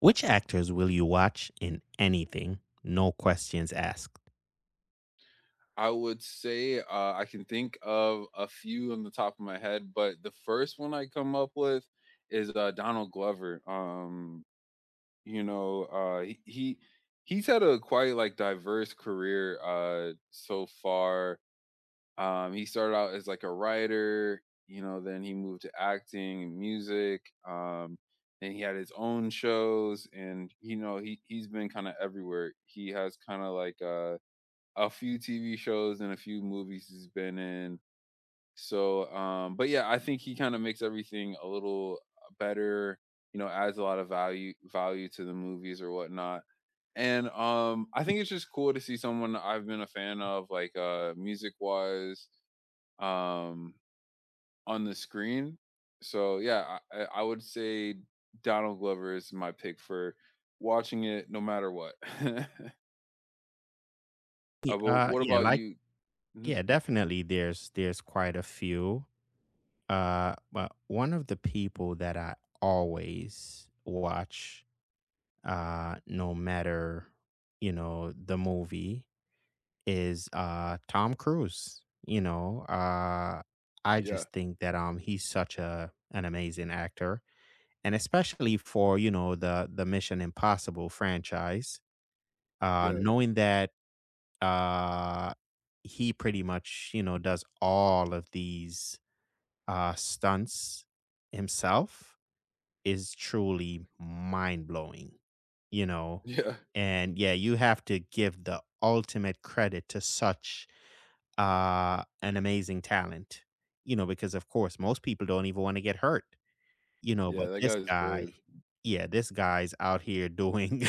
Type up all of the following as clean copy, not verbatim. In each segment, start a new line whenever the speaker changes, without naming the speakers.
Which actors will you watch in anything? No questions asked.
I would say I can think of a few on the top of my head, but the first one I come up with is Donald Glover. You know, uh, he, he he's had a quite like diverse career so far. He started out as like a writer, you know, then he moved to acting and music. Then he had his own shows, and you know, he's been kind of everywhere. He has kind of like a few TV shows and a few movies he's been in. So, but yeah, I think he kind of makes everything a little better. You know, adds a lot of value to the movies or whatnot. And I think it's just cool to see someone I've been a fan of, like music wise, um, on the screen. So yeah, I would say Donald Glover is my pick for watching it, no matter what.
Y
But what
yeah,
about
like
you? Mhm.
Yeah, definitely there's quite a few. But one of the people that I always watch, no matter, you know, the movie is, Tom Cruise, you know? I
Yeah,
just think that, he's such a an amazing actor, and especially for, you know, the Mission Impossible franchise.
yeah,
Knowing that, uh, he pretty much, you know, does all of these, stunts himself is truly mind blowing, you know?
yeah.
And yeah, you have to give the ultimate credit to such, an amazing talent, you know, because of course, most people don't even want to get hurt. You know, but
Yeah, that
this
guy's
guy
brave.
yeah, this guy's out here doing,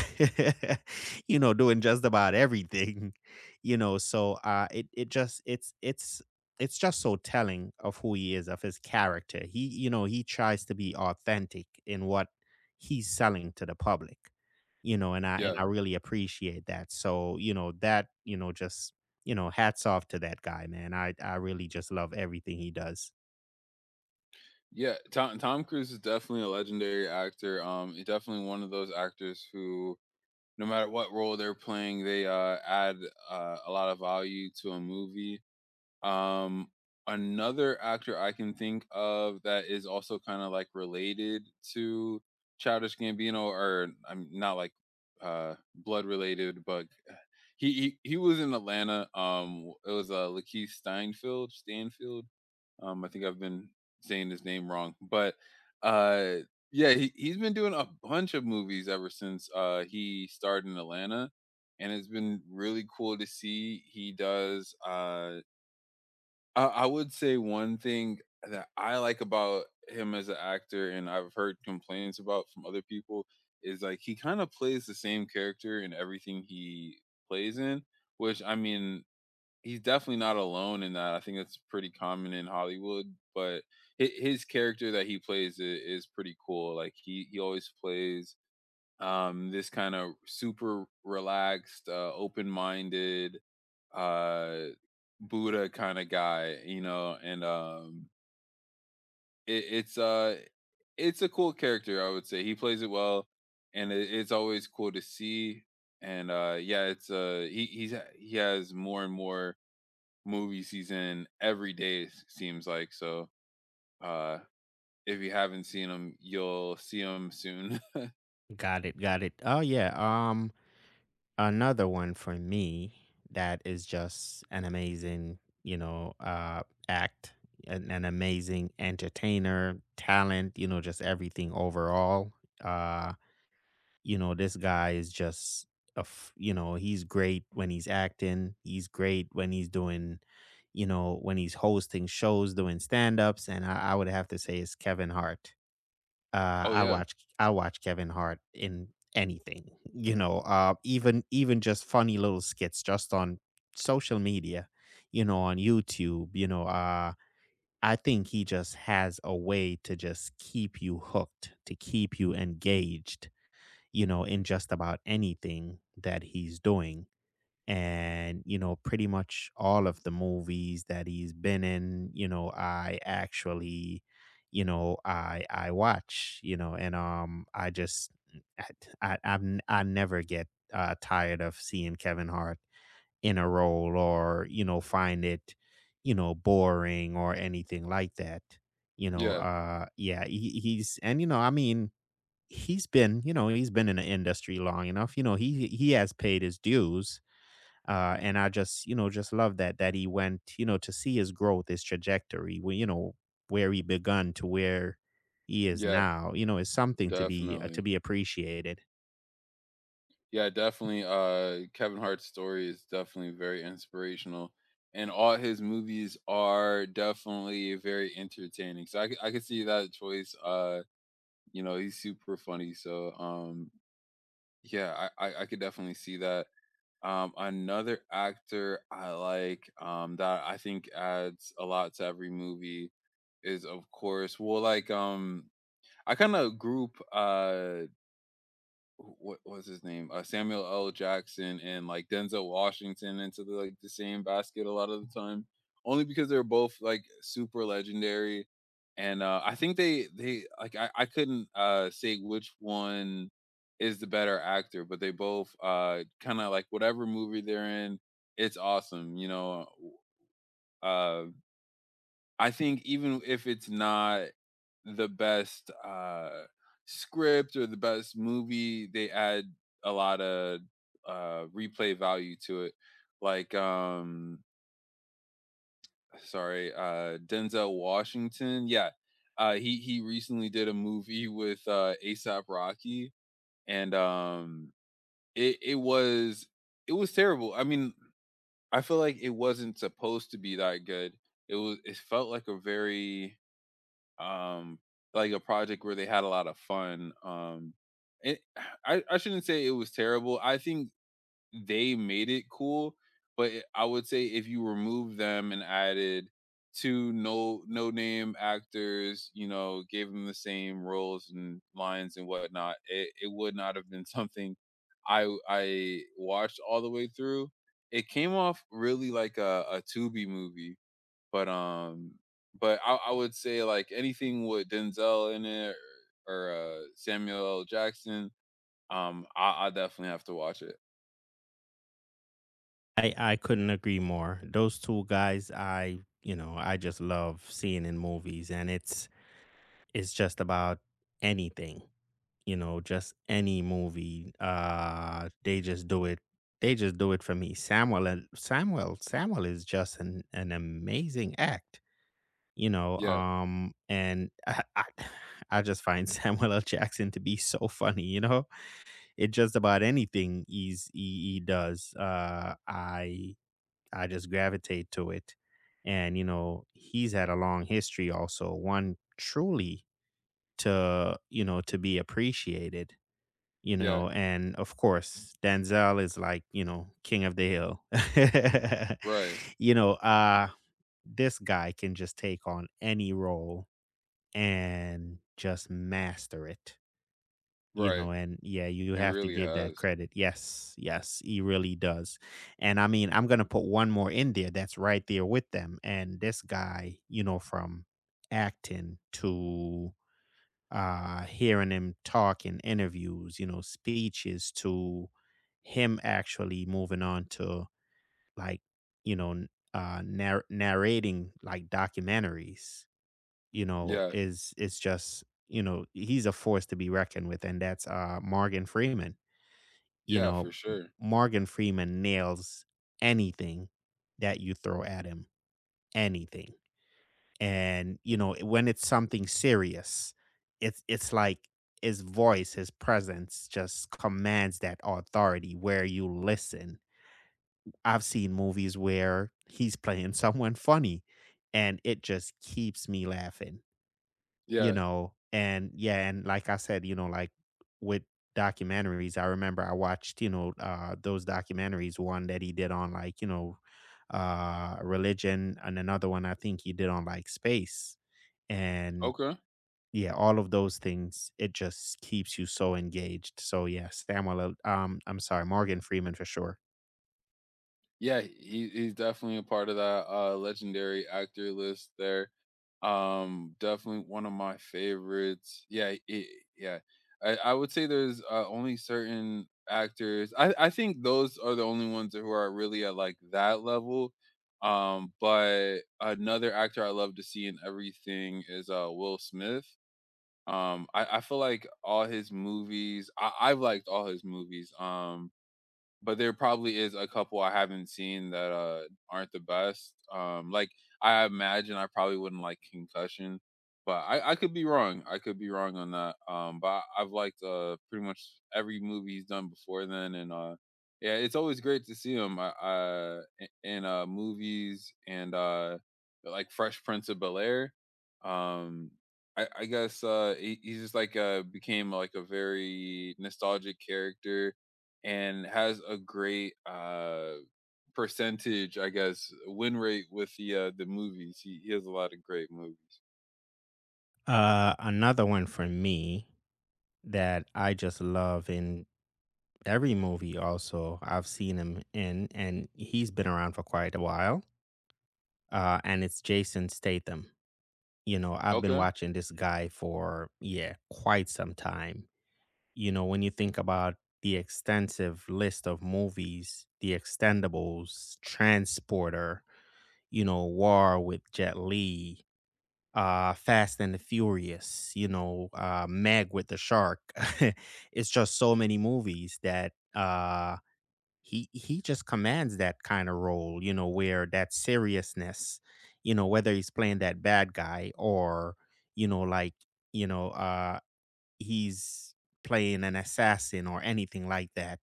you know, doing just about everything, you know, so, it's just so telling of who he is, of his character. He you know, he tries to be authentic in what he's selling to the public, you know, and I and
Yeah.
I really appreciate that. So, you know, that, you know, just, you know, hats off to that guy, man. I really just love everything he does.
Yeah, Tom Cruise is definitely a legendary actor. He's definitely one of those actors who no matter what role they're playing, they, add, a lot of value to a movie. Um, Another actor I can think of that is also kinda, like, related to Childish Gambino, or I'm not, like, blood related, but he was in Atlanta. It was, Lakeith Steinfeld Stanfield. I think I've been saying his name wrong, but uh, yeah, he's been doing a bunch of movies ever since he starred in Atlanta, and it's been really cool to see. He does. I would say one thing that I like about him as an actor, and I've heard complaints about from other people, is like he kind of plays the same character in everything he plays in. Which I mean, he's definitely not alone in that. I think that's pretty common in Hollywood, but his character that he plays is pretty cool. Like he always plays this kind of super relaxed, open-minded uh Buddha kind of guy, you know, and it, it's uh it's a cool character, I would say. He plays it well, and it's always cool to see. And yeah, it's he he's he has more and more movies he's in every day, it seems like. So uh if you haven't seen him, you'll see him soon.
Got it, got it. Oh, yeah, another one for me that is just an amazing, you know, act, an amazing entertainer, talent, you know, just everything overall. Uh, you know, this guy is just you know, he's great when he's acting. He's great when he's doing, you know, when he's hosting shows, doing stand ups. And I would have to say it's Kevin Hart. uh,
Oh
I'll
yeah.
watch I'll watch Kevin Hart in anything, you know, even even just funny little skits just on social media, you know, on YouTube, you know, I think he just has a way to just keep you hooked, to keep you engaged, you know, in just about anything that he's doing, and you know pretty much all of the movies that he's been in, you know I actually you know I watch, you know. And I just I I, I'm- I never get tired of seeing Kevin Hart in a role, or you know, find it, you know, boring or anything like that, you know.
Yeah.
He's and you know I mean he's been, you know, he's been in the industry long enough, you know. He has paid his dues, and I just, you know, just love that that he went, you know, to see his growth, his trajectory, where you know where he begun to where he is
Yeah,
now, you know, is something to
definitely.
be appreciated.
Yeah, definitely, Kevin Hart's story is definitely very inspirational, and all his movies are definitely very entertaining. So I could see that choice. You know, he's super funny. So yeah, I could definitely see that. Another actor I like, that I think adds a lot to every movie is, of course, well, like I kind of group what was his name? Samuel L. Jackson and like Denzel Washington into the like the same basket a lot of the time, only because they're both like super legendary. And I think I couldn't say which one is the better actor, but they both kind of, like, whatever movie they're in, it's awesome. You know, uh, I think even if it's not the best script or the best movie, they add a lot of replay value to it. Like, sorry, Denzel Washington. Yeah, he recently did a movie with ASAP Rocky, and it it was terrible. I mean, I feel like it wasn't supposed to be that good. It felt like a very um like a project where they had a lot of fun. It, I shouldn't say it was terrible. I think they made it cool. But I would say if you remove them and added two no name actors, you know, gave them the same roles and lines and whatnot, it would not have been something I watched all the way through. It came off really like a Tubi movie. but um, but I would say like anything with Denzel in it, or, Samuel L. Jackson, I definitely have to watch it.
I couldn't agree more. Those two guys, I you know, I just love seeing in movies, and it's just about anything, you know, just any movie. They just do it. They just do it for me. Samuel and Samuel Samuel is just an amazing act. You know,
Yeah,
and I I just find Samuel L. Jackson to be so funny, you know? It just about anything he does, I just gravitate to it. And, you know, he's had a long history also, one truly to, you know, to be appreciated, you
yeah,
know, and of course, Denzel is like, you know, king of the hill.
right,
You know, this guy can just take on any role and just master it, you
right.
know, and yeah, you
It
have to
really
give that
has.
credit. Yes, yes, he really does. And I mean, I'm gonna put one more in there that's right there with them. And this guy, you know, from acting to hearing him talk in interviews, you know, speeches to him actually moving on to like, you know, narrating like documentaries, you know,
Yeah,
is just, you know, he's a force to be reckoned with, and that's Morgan Freeman. You
yeah, for
know,
sure.
Morgan Freeman nails anything that you throw at him. Anything. And, you know, when it's something serious, it's like his voice, his presence just commands that authority where you listen. I've seen movies where he's playing someone funny and it just keeps me laughing, you
Yeah,
know. And yeah, and like I said, you know, like with documentaries, I remember I watched, you know, those documentaries, one that he did on like, you know, religion, and another one I think he did on like space. And
okay.
yeah, all of those things, it just keeps you so engaged. So yeah, I'm sorry, Morgan Freeman for sure.
Yeah, he's definitely a part of that legendary actor list there. Definitely one of my favorites. Yeah, it, yeah. I would say there's only certain actors. I think those are the only ones who are really at like that level. But another actor I love to see in everything is Will Smith. I feel like all his movies. I've liked all his movies. But there probably is a couple I haven't seen that, aren't the best. Like, I imagine I probably wouldn't like Concussion, but I could be wrong, I could be wrong on that. But I've liked, pretty much every movie he's done before then, and, yeah, it's always great to see him, I in, movies and, like Fresh Prince of Bel-Air. Um, I guess, he's just like, became like a very nostalgic character and has a great percentage, I guess, win rate with the movies. He has a lot of great movies.
Another one for me that I just love in every movie also I've seen him in, and he's been around for quite a while. And it's Jason Statham. You know, I've been
Okay.
watching this guy for, yeah, quite some time. You know, when you think about the extensive list of movies, The Extendables, Transporter, you know, War with Jet Li, Fast and the Furious, you know, Meg with the Shark. It's just so many movies that he just commands that kind of role, you know, where that seriousness, you know, whether he's playing that bad guy or, you know, like, you know, uh he's playing an assassin or anything like that.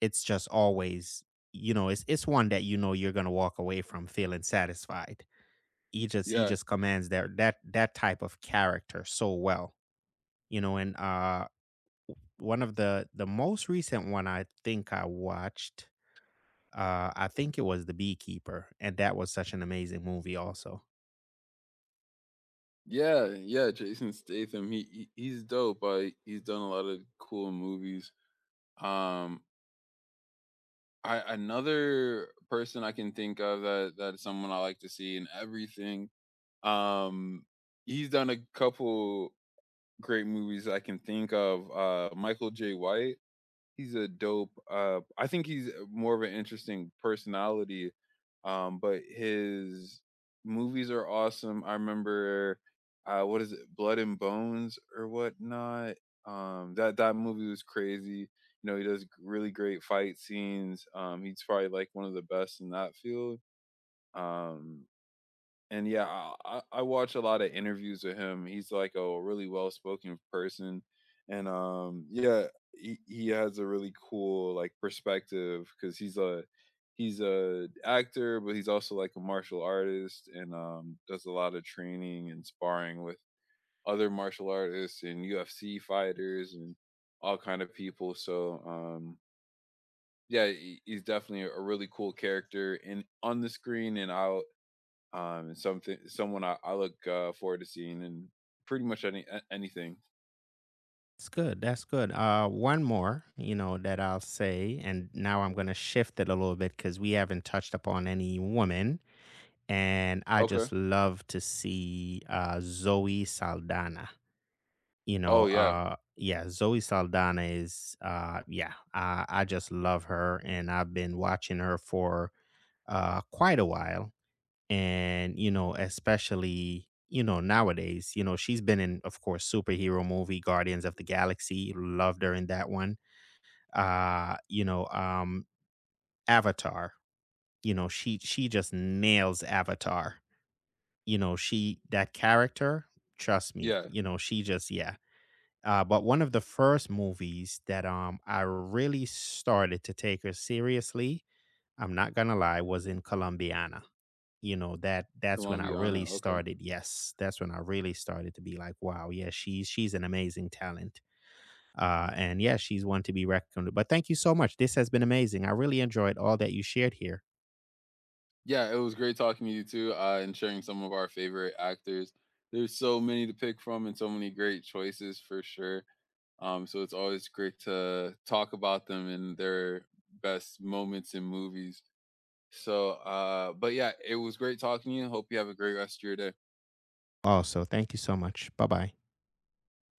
It's just always, you know, it's one that you know you're gonna walk away from feeling satisfied. He just he
Yeah.
just commands that that type of character so well. You know, and one of the most recent one I think I watched, I think it was The Beekeeper, and that was such an amazing movie also.
Yeah, yeah, Jason Statham, he's dope. He's done a lot of cool movies. Um I another person I can think of that that is someone I like to see in everything. Um he's done a couple great movies I can think of. Michael J. White. He's a dope, I think he's more of an interesting personality, but his movies are awesome. I remember, what is it? Blood and Bones or whatnot? That movie was crazy. You know, he does really great fight scenes. He's probably, like, one of the best in that field. Um, and yeah, I watch a lot of interviews with him. He's like a really well spoken person. And yeah, he has a really cool like perspective because he's a actor, but he's also like a martial artist and does a lot of training and sparring with other martial artists and UFC fighters and all kind of people. So yeah, he's definitely a really cool character and on the screen. And something someone I look forward to seeing in pretty much anything.
It's good. That's good. One more, you know, that I'll say, and now I'm gonna shift it a little bit because we haven't touched upon any woman, and I
Okay.
just love to see Zoe Saldana. You know,
Oh yeah,
yeah, Zoe Saldana is, yeah, I just love her, and I've been watching her for quite a while. And you know, especially, you know, nowadays, you know, she's been in, of course, superhero movie Guardians of the Galaxy, loved her in that one. uh you know um Avatar, you know, she just nails Avatar, you know, she that character, trust me,
yeah,
you know, she just yeah. But one of the first movies that I really started to take her seriously, I'm not gonna lie, was in Colombiana. You know, that that's when I really
Colombiana. Okay.
started, yes, that's when I really started to be like, "Wow, yeah, she's an amazing talent." And yeah, she's one to be reckoned with. But thank you so much. This has been amazing. I really enjoyed all that you shared here.
Yeah, it was great talking to you too, and sharing some of our favorite actors. There's so many to pick from, and so many great choices for sure. So it's always great to talk about them and their best moments in movies. So, but yeah, it was great talking to you. Hope you have a great rest of your day.
Also, thank you so much. Bye-bye.